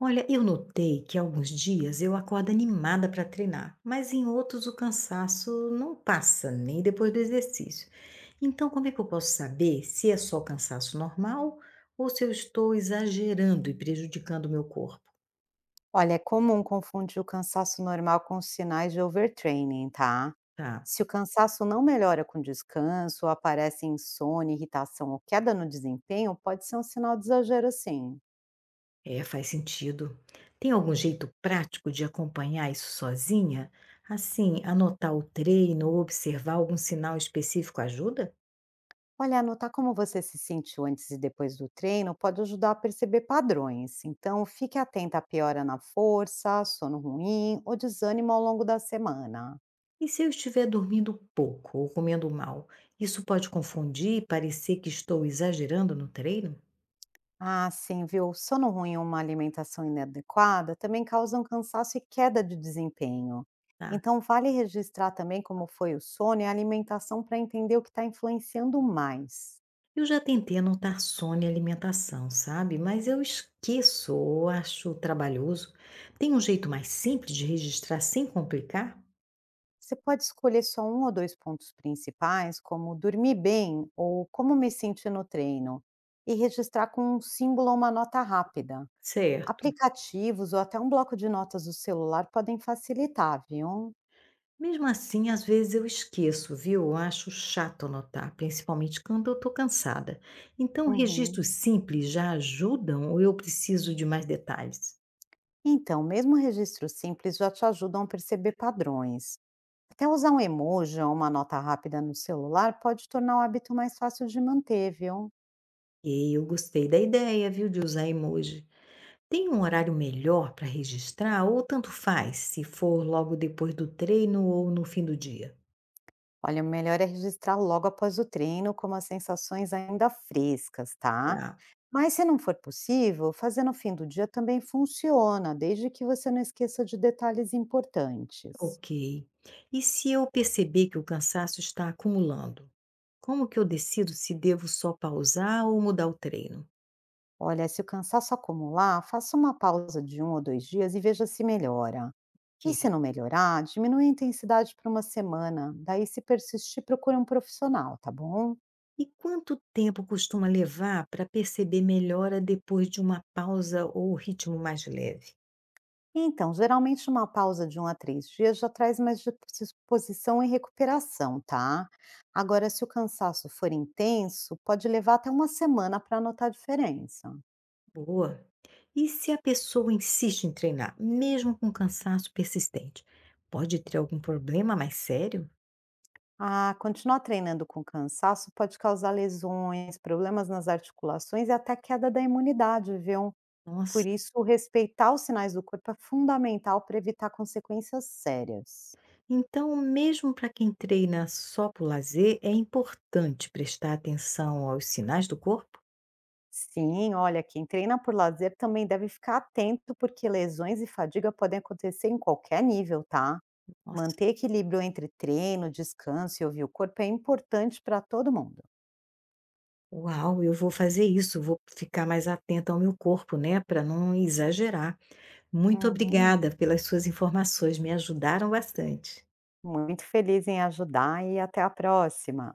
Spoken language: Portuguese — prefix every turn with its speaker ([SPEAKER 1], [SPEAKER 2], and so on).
[SPEAKER 1] Olha, eu notei que alguns dias eu acordo animada para treinar, mas em outros o cansaço não passa nem depois do exercício. Então, como é que eu posso saber se é só cansaço normal ou se eu estou exagerando e prejudicando o meu corpo?
[SPEAKER 2] Olha, é comum confundir o cansaço normal com sinais de overtraining, tá?
[SPEAKER 1] Tá,
[SPEAKER 2] Se o cansaço não melhora com descanso, ou aparece insônia, irritação ou queda no desempenho, pode ser um sinal de exagero, sim.
[SPEAKER 1] é, faz sentido. Tem algum jeito prático de acompanhar isso sozinha? Assim, anotar o treino ou observar algum sinal específico ajuda?
[SPEAKER 2] Olha, anotar como você se sentiu antes e depois do treino pode ajudar a perceber padrões. Então, fique atenta à piora na força, sono ruim ou desânimo ao longo da semana.
[SPEAKER 1] E se eu estiver dormindo pouco ou comendo mal, isso pode confundir e parecer que estou exagerando no treino?
[SPEAKER 2] Ah, sim, viu? Sono ruim e uma alimentação inadequada também causam cansaço e queda de desempenho.
[SPEAKER 1] Tá.
[SPEAKER 2] Então, vale registrar também como foi o sono e a alimentação para entender o que está influenciando mais.
[SPEAKER 1] Eu já tentei anotar sono e alimentação, sabe? Mas eu esqueço ou acho trabalhoso. Tem um jeito mais simples de registrar sem complicar?
[SPEAKER 2] Você pode escolher só um ou dois pontos principais, como dormir bem ou como me senti no treino, e registrar com um símbolo ou uma nota rápida.
[SPEAKER 1] Certo.
[SPEAKER 2] Aplicativos ou até um bloco de notas do celular podem facilitar, viu?
[SPEAKER 1] Mesmo assim, às vezes eu esqueço, viu? Eu acho chato anotar, principalmente quando eu estou cansada. Então,
[SPEAKER 2] Uhum.
[SPEAKER 1] registros simples já ajudam ou eu preciso de mais detalhes?
[SPEAKER 2] Então, mesmo registros simples já te ajudam a perceber padrões. Até usar um emoji ou uma nota rápida no celular pode tornar o hábito mais fácil de manter, viu?
[SPEAKER 1] E eu gostei da ideia, viu, de usar emoji. Tem um horário melhor para registrar ou tanto faz, se for logo depois do treino ou no fim do dia?
[SPEAKER 2] Olha, o melhor é registrar logo após o treino, como as sensações ainda frescas, tá?
[SPEAKER 1] Tá,
[SPEAKER 2] Mas se não for possível, fazer no fim do dia também funciona, desde que você não esqueça de detalhes importantes.
[SPEAKER 1] ok. E se eu perceber que o cansaço está acumulando? Como que eu decido se devo só pausar ou mudar o treino?
[SPEAKER 2] Olha, se o cansaço acumular, faça uma pausa de um ou dois dias e veja se melhora. E se
[SPEAKER 1] Ok.
[SPEAKER 2] não melhorar, diminui a intensidade por uma semana. Daí, se persistir, procure um profissional, tá bom?
[SPEAKER 1] E quanto tempo costuma levar para perceber melhora depois de uma pausa ou ritmo mais leve?
[SPEAKER 2] Então, geralmente uma pausa de um a três dias já traz mais disposição e recuperação, tá? Agora, se o cansaço for intenso, pode levar até uma semana para notar a diferença.
[SPEAKER 1] Boa. E se a pessoa insiste em treinar, mesmo com cansaço persistente, pode ter algum problema mais sério?
[SPEAKER 2] Ah, continuar treinando com cansaço pode causar lesões, problemas nas articulações e até queda da imunidade, viu? Por
[SPEAKER 1] Nossa.
[SPEAKER 2] isso, respeitar os sinais do corpo é fundamental para evitar consequências sérias.
[SPEAKER 1] Então, mesmo para quem treina só por lazer, é importante prestar atenção aos sinais do corpo?
[SPEAKER 2] Sim, olha, quem treina por lazer também deve ficar atento, porque lesões e fadiga podem acontecer em qualquer nível, tá?
[SPEAKER 1] Nossa.
[SPEAKER 2] Manter equilíbrio entre treino, descanso e ouvir o corpo é importante para todo mundo.
[SPEAKER 1] Uau, eu vou fazer isso, vou ficar mais atenta ao meu corpo, né, para não exagerar. Muito
[SPEAKER 2] Uhum.
[SPEAKER 1] obrigada pelas suas informações, me ajudaram bastante.
[SPEAKER 2] Muito feliz em ajudar e até a próxima.